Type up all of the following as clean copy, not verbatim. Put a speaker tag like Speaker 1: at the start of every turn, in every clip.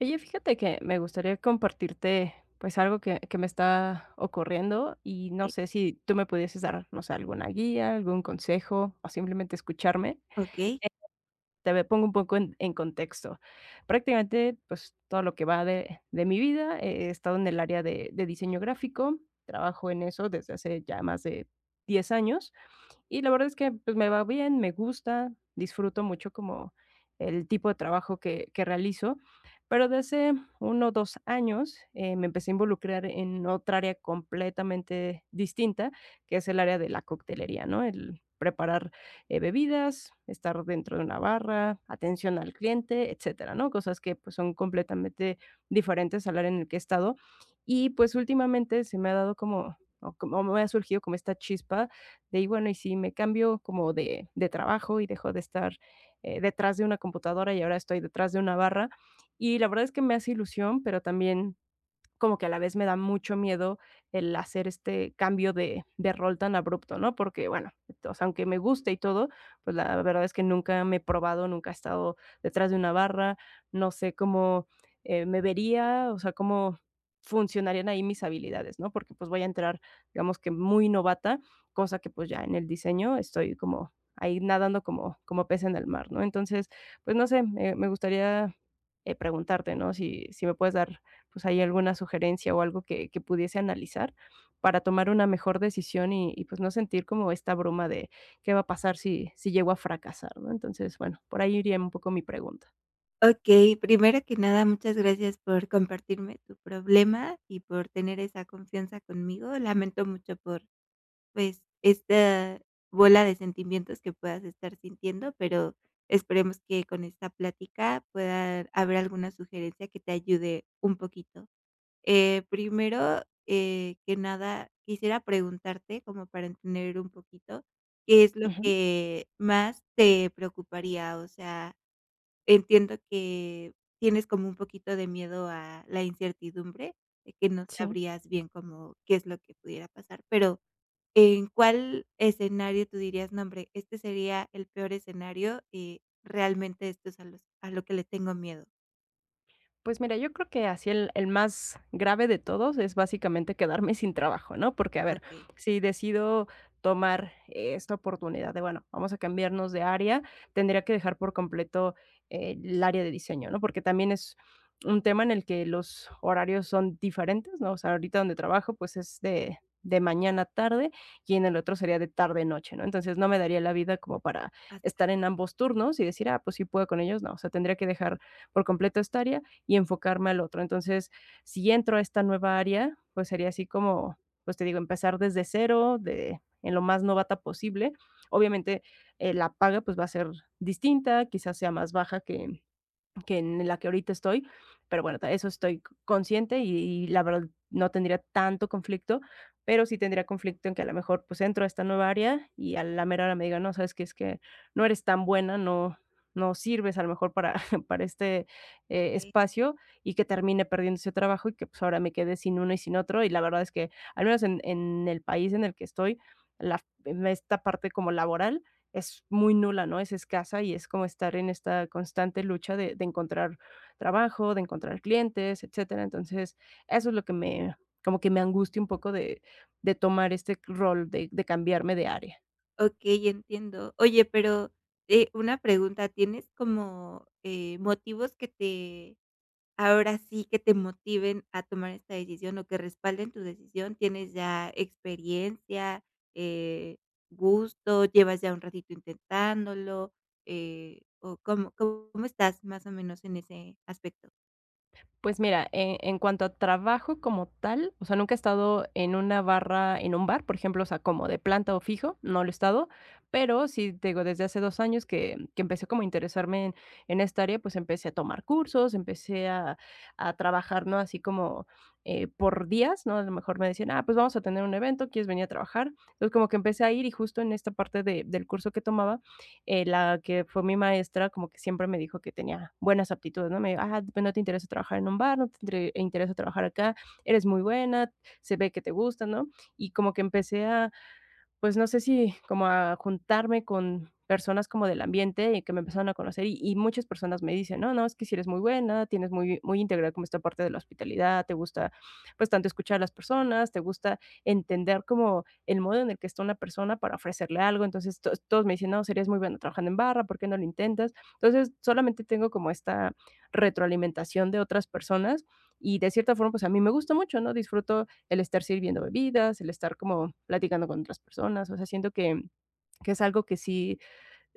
Speaker 1: Oye, fíjate que me gustaría compartirte, pues, algo que me está ocurriendo y no
Speaker 2: Eh,
Speaker 1: sé si tú me pudieses dar, no sé, alguna guía, algún consejo o simplemente escucharme.
Speaker 2: okey,
Speaker 1: Te ve pongo un poco en contexto. Prácticamente, pues, todo lo que va de mi vida, he estado en el área de diseño gráfico, trabajo en eso desde hace ya más de 10 años y la verdad es que, pues, me va bien, me gusta, disfruto mucho como el tipo de trabajo que realizo, pero desde hace 1 o 2 años, me empecé a involucrar en otra área completamente distinta, que es el área de la coctelería, ¿no? El preparar, bebidas, estar dentro de una barra, atención al cliente, etcétera, ¿no? Cosas que, pues, son completamente diferentes al área en el que he estado. Y, pues, últimamente se me ha dado como o como me ha surgido como esta chispa de, y bueno, y si me cambio como de trabajo y dejo de estar detrás de una computadora y ahora estoy detrás de una barra. Y la verdad es que me hace ilusión, pero también como que a la vez me da mucho miedo el hacer este cambio de rol tan abrupto, ¿no? Porque, bueno, o sea, aunque me guste y todo, pues, la verdad es que nunca me he probado, nunca he estado detrás de una barra, no sé cómo, me vería, o sea, cómo funcionarían ahí mis habilidades, ¿no? Porque, pues, voy a entrar, digamos que muy novata, cosa que, pues, ya en el diseño estoy como ahí nadando como pez en el mar, ¿no? Entonces, pues, no sé, me gustaría, preguntarte, ¿no? Si me puedes dar pues hay alguna sugerencia o algo que pudiese analizar para tomar una mejor decisión y, pues, no sentir como esta bruma de qué va a pasar si llego a fracasar, ¿no? Entonces, bueno, por ahí iría un poco mi pregunta.
Speaker 2: okey. Primero que nada, muchas gracias por compartirme tu problema y por tener esa confianza conmigo. Lamento mucho por, pues, esta bola de sentimientos que puedas estar sintiendo, pero esperemos que con esta plática pueda haber alguna sugerencia que te ayude un poquito. Primero, que nada, quisiera preguntarte, como para entender un poquito, ¿qué es lo
Speaker 1: Ujú,
Speaker 2: que más te preocuparía? O sea, entiendo que tienes como un poquito de miedo a la incertidumbre, de que no
Speaker 1: sí.
Speaker 2: sabrías bien como qué es lo que pudiera pasar, pero, ¿en cuál escenario tú dirías: "No, hombre, este sería el peor escenario y realmente esto es a los a lo que le tengo miedo"?
Speaker 1: Pues mira, yo creo que así el más grave de todos es básicamente quedarme sin trabajo, ¿no? Porque, a ver,
Speaker 2: Okey.
Speaker 1: si decido tomar esta oportunidad de, bueno, vamos a cambiarnos de área, tendría que dejar por completo el área de diseño, ¿no? Porque también es un tema en el que los horarios son diferentes, ¿no? O sea, ahorita donde trabajo, pues es de mañana a tarde y en el otro sería de tarde a noche, ¿no? Entonces no me daría la vida como para
Speaker 2: A
Speaker 1: estar
Speaker 2: terapia.
Speaker 1: en ambos turnos y decir, ah, pues sí puedo con ellos, no, o sea, tendría que dejar por completo esta área y enfocarme al otro. Entonces, si entro a esta nueva área, pues sería así como, pues te digo, empezar desde cero, de, en lo más novata posible. Obviamente, la paga pues va a ser distinta, quizás sea más baja que en la que ahorita estoy, pero bueno, eso estoy consciente y la verdad no tendría tanto conflicto, pero sí tendría conflicto en que a lo mejor pues entro a esta nueva área y a la mera hora me digan, no, sabes que es que no eres tan buena, no, no sirves a lo mejor para, para este espacio y que termine perdiendo ese trabajo y que pues ahora me quede sin uno y sin otro. Y la verdad es que al menos en el país en el que estoy, la, esta parte como laboral es muy nula, ¿no? Es escasa y es como estar en esta constante lucha de encontrar trabajo, de encontrar clientes, etcétera. Entonces, eso es lo que me como que me angustia un poco de tomar este rol de cambiarme de área.
Speaker 2: Okey, entiendo. Oye, pero, una pregunta, ¿tienes como, motivos que te ahora sí que te motiven a tomar esta decisión o que respalden tu decisión? Tienes ya experiencia, eh, gusto, llevas ya un ratito intentándolo, o, ¿cómo estás más o menos en ese aspecto?
Speaker 1: Pues mira, en cuanto a trabajo como tal, o sea, nunca he estado en una barra, en un bar, por ejemplo, o sea, como de planta o fijo, no lo he estado, pero sí, te digo, desde hace 2 años que empecé como a interesarme en esta área, pues empecé a tomar cursos, empecé a trabajar, ¿no? Así como por días, ¿no? A lo mejor me decían, ah, pues vamos a tener un evento, ¿quieres venir a trabajar? Entonces, como que empecé a ir y justo en esta parte del curso que tomaba, la que fue mi maestra como que siempre me dijo que tenía buenas aptitudes, ¿no? Me dijo, ah, pues no te interesa trabajar en un bar, no te interesa trabajar acá, eres muy buena, se ve que te gusta, ¿no? Y como que empecé a, pues, no sé si como a juntarme con personas como del ambiente y que me empezaron a conocer, y muchas personas me dicen: "No, no, es que si eres muy buena, tienes muy muy integrada como esta parte de la hospitalidad, te gusta, pues, tanto escuchar a las personas, te gusta entender como el modo en el que está una persona para ofrecerle algo". Entonces, to todos me dicen: "No, serías muy buena trabajando en barra, ¿por qué no lo intentas?". Entonces, solamente tengo como esta retroalimentación de otras personas y, de cierta forma, pues, a mí me gusta mucho, ¿no? Disfruto el estar sirviendo bebidas, el estar como platicando con otras personas, o sea, siento que es algo que sí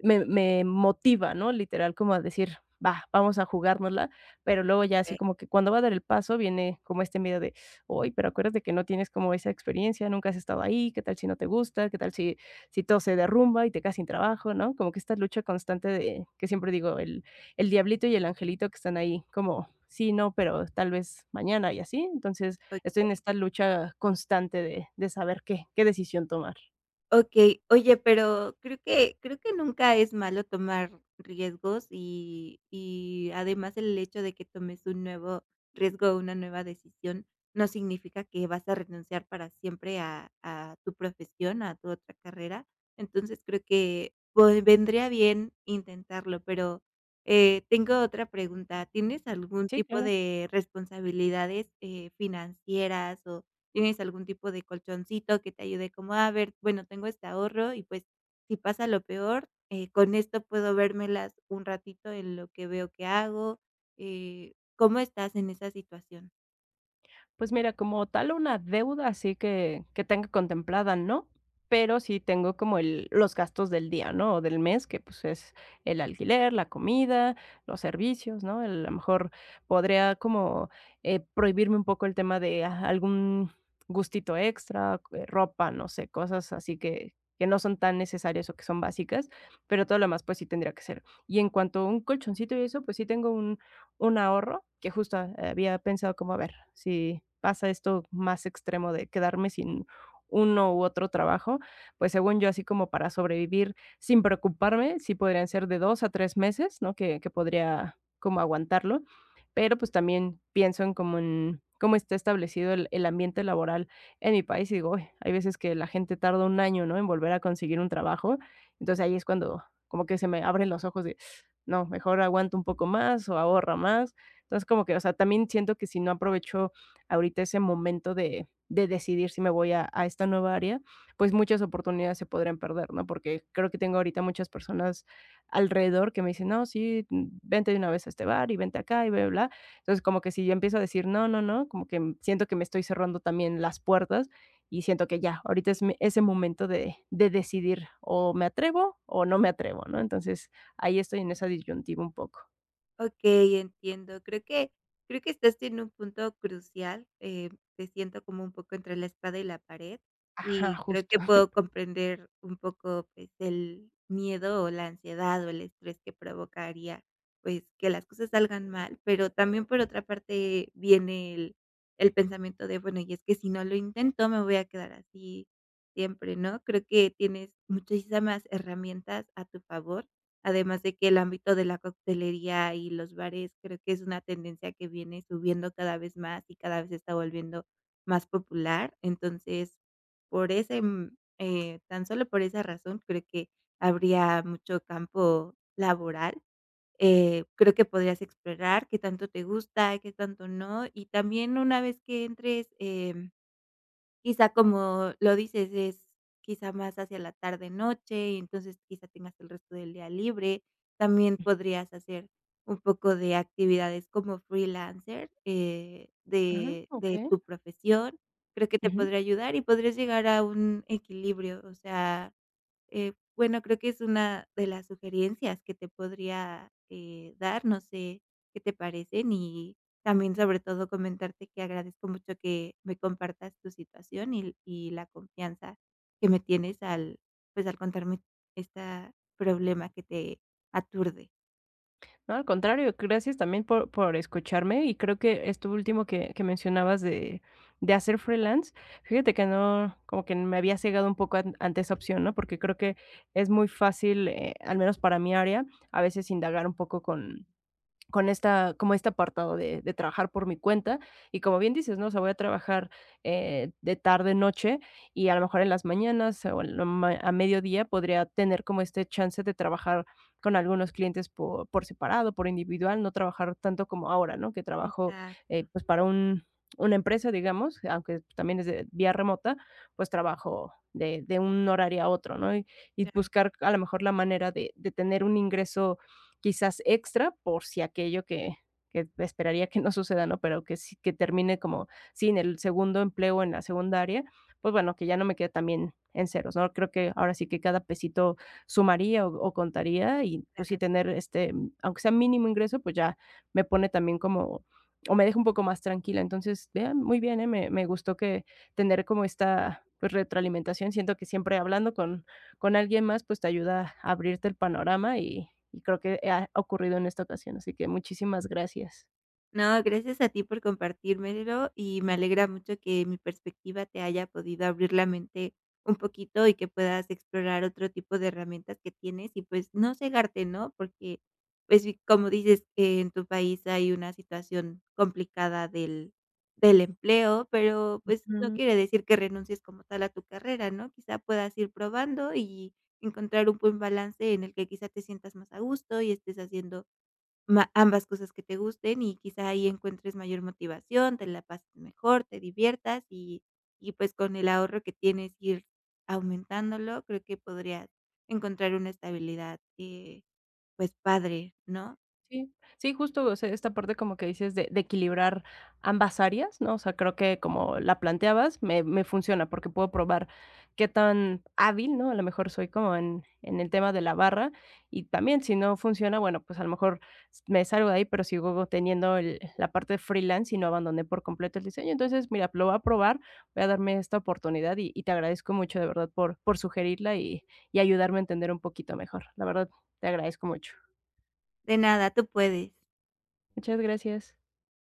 Speaker 1: me motiva, ¿no? Literal, como a decir, va, vamos a jugárnosla, pero luego ya así
Speaker 2: Okey,
Speaker 1: como que cuando va a dar el paso viene como este miedo de, oye, pero acuérdate que no tienes como esa experiencia, nunca has estado ahí, qué tal si no te gusta, qué tal si, si todo se derrumba y te quedas sin trabajo, ¿no? Como que esta lucha constante de, que siempre digo, el diablito y el angelito que están ahí como, sí, no, pero tal vez mañana y así. Entonces estoy en
Speaker 2: okey.
Speaker 1: esta lucha constante de saber qué, qué decisión tomar.
Speaker 2: Okey. Oye, pero creo que nunca es malo tomar riesgos y además el hecho de que tomes un nuevo riesgo o una nueva decisión no significa que vas a renunciar para siempre a tu profesión, a tu otra carrera. Entonces, creo que pues vendría bien intentarlo, pero, tengo otra pregunta, ¿tienes algún
Speaker 1: Sí,
Speaker 2: tipo
Speaker 1: claro.
Speaker 2: de responsabilidades, financieras o ¿tienes algún tipo de colchoncito que te ayude como a ver, bueno, tengo este ahorro y pues si pasa lo peor, con esto puedo vérmelas un ratito en lo que veo que hago? ¿Cómo estás en esa situación?
Speaker 1: Pues mira, como tal una deuda así que tenga contemplada, ¿no? Pero sí tengo como el los gastos del día, ¿no? O del mes, que, pues, es el alquiler, la comida, los servicios, ¿no? El a lo mejor podría como, prohibirme un poco el tema de a algún gustito extra, ropa, no sé, cosas así que no son tan necesarias o que son básicas, pero todo lo demás, pues, sí tendría que ser. Y en cuanto a un colchoncito y eso, pues sí tengo un ahorro que justo había pensado como, a ver, si pasa esto más extremo de quedarme sin uno u otro trabajo, pues según yo, así como para sobrevivir sin preocuparme, sí podrían ser de 2 a 3 meses, ¿no? Que podría como aguantarlo, pero, pues, también pienso en como en cómo está establecido el ambiente laboral en mi país, y digo: "Uy", hay veces que la gente tarda 1 año, ¿no?, en volver a conseguir un trabajo. Entonces, ahí es cuando como que se me abren los ojos de: no, mejor aguanto un poco más o ahorra más. Entonces, como que, o sea, también siento que si no aprovecho ahorita ese momento de decidir si me voy a esta nueva área, pues muchas oportunidades se podrían perder, ¿no? Porque creo que tengo ahorita muchas personas alrededor que me dicen, no, sí, mm, vente de una vez a este bar y vente acá y bla, bla. Bla". Entonces, como que si yo empiezo a decir, no, no, no, como que siento que me estoy cerrando también las puertas y siento que ya, ahorita es ese momento de decidir o me atrevo o no me atrevo, ¿no? Entonces, ahí estoy en esa disyuntiva un poco.
Speaker 2: Okey, entiendo. Creo que estás en un punto crucial, te siento como un poco entre la espada y la pared,
Speaker 1: Ajá,
Speaker 2: y creo
Speaker 1: justo.
Speaker 2: que puedo comprender un poco, pues, el miedo o la ansiedad o el estrés que provocaría, pues, que las cosas salgan mal, pero también, por otra parte, viene el pensamiento de, bueno, y es que si no lo intento, me voy a quedar así siempre, ¿no? Creo que tienes muchísimas herramientas a tu favor. Además de que el ámbito de la coctelería y los bares, creo que es una tendencia que viene subiendo cada vez más y cada vez se está volviendo más popular. Entonces, por ese, tan solo por esa razón, creo que habría mucho campo laboral. Creo que podrías explorar qué tanto te gusta, qué tanto no. Y también una vez que entres, quizá como lo dices, es quizá más hacia la tarde noche, y entonces quizá tengas el resto del día libre. También podrías hacer un poco de actividades como freelancer,
Speaker 1: Ujú.
Speaker 2: de
Speaker 1: Okey.
Speaker 2: tu profesión. Creo que te
Speaker 1: Ujú.
Speaker 2: podría ayudar y podrías llegar a un equilibrio, o sea, bueno, creo que es una de las sugerencias que te podría, dar, no sé qué te parecen y también, sobre todo, comentarte que agradezco mucho que me compartas tu situación y la confianza que me tienes al, pues, al contarme esta problema que te aturde.
Speaker 1: No, al contrario, gracias también por escucharme, y creo que esto último que mencionabas de hacer freelance, fíjate que no, como que me había cegado un poco an ante esa opción, ¿no? Porque creo que es muy fácil, al menos para mi área, a veces indagar un poco con esta como este apartado de trabajar por mi cuenta, y como bien dices, ¿no? O sea, voy a trabajar, de tarde, noche, y a lo mejor en las mañanas o en la ma a mediodía podría tener como este chance de trabajar con algunos clientes por separado, por individual, no trabajar tanto como ahora, ¿no? Que trabajo,
Speaker 2: Exacto,
Speaker 1: pues, para un una empresa, digamos, aunque también es de vía remota, pues, trabajo de un horario a otro, ¿no? Y
Speaker 2: claro,
Speaker 1: buscar a lo mejor la manera de tener un ingreso quizás extra por si aquello que esperaría que no suceda, ¿no? Pero que sí, que termine como, sí, en el segundo empleo, en la secundaria, pues bueno, que ya no me quede también en ceros, ¿no? Creo que ahora sí que cada pesito sumaría o contaría y pues sí
Speaker 2: claro.
Speaker 1: tener este, aunque sea mínimo ingreso, pues ya me pone también como, o me deja un poco más tranquila. Entonces, vean, muy bien, ¿eh? Me gustó que tener como esta pues, retroalimentación. Siento que siempre hablando con alguien más, pues te ayuda a abrirte el panorama y creo que ha ocurrido en esta ocasión. Así que muchísimas gracias.
Speaker 2: No, gracias a ti por compartírmelo y me alegra mucho que mi perspectiva te haya podido abrir la mente un poquito y que puedas explorar otro tipo de herramientas que tienes y pues no cegarte, ¿no? Porque pues sí, como dices, en tu país hay una situación complicada del, del empleo, pero pues no quiere decir que renuncies como tal a tu carrera, ¿no? Quizá puedas ir probando y encontrar un buen balance en el que quizá te sientas más a gusto y estés haciendo ma ambas cosas que te gusten y quizá ahí encuentres mayor motivación, te la pases mejor, te diviertas y pues con el ahorro que tienes ir aumentándolo, creo que podrías encontrar una estabilidad, pues padre, ¿no?
Speaker 1: Sí, sí, justo, o sea, esta parte como que dices de equilibrar ambas áreas, ¿no? O sea, creo que como la planteabas, me me funciona porque puedo probar qué tan hábil, ¿no? A lo mejor soy como en el tema de la barra y también si no funciona, bueno, pues a lo mejor s me salgo de ahí, pero sigo teniendo el la parte freelance y no abandoné por completo el diseño. Entonces, mira, lo voy a probar, voy a darme esta oportunidad y te agradezco mucho, de verdad, por sugerirla y ayudarme a entender un poquito mejor. La verdad, te agradezco mucho.
Speaker 2: De nada, tú puedes.
Speaker 1: Muchas gracias.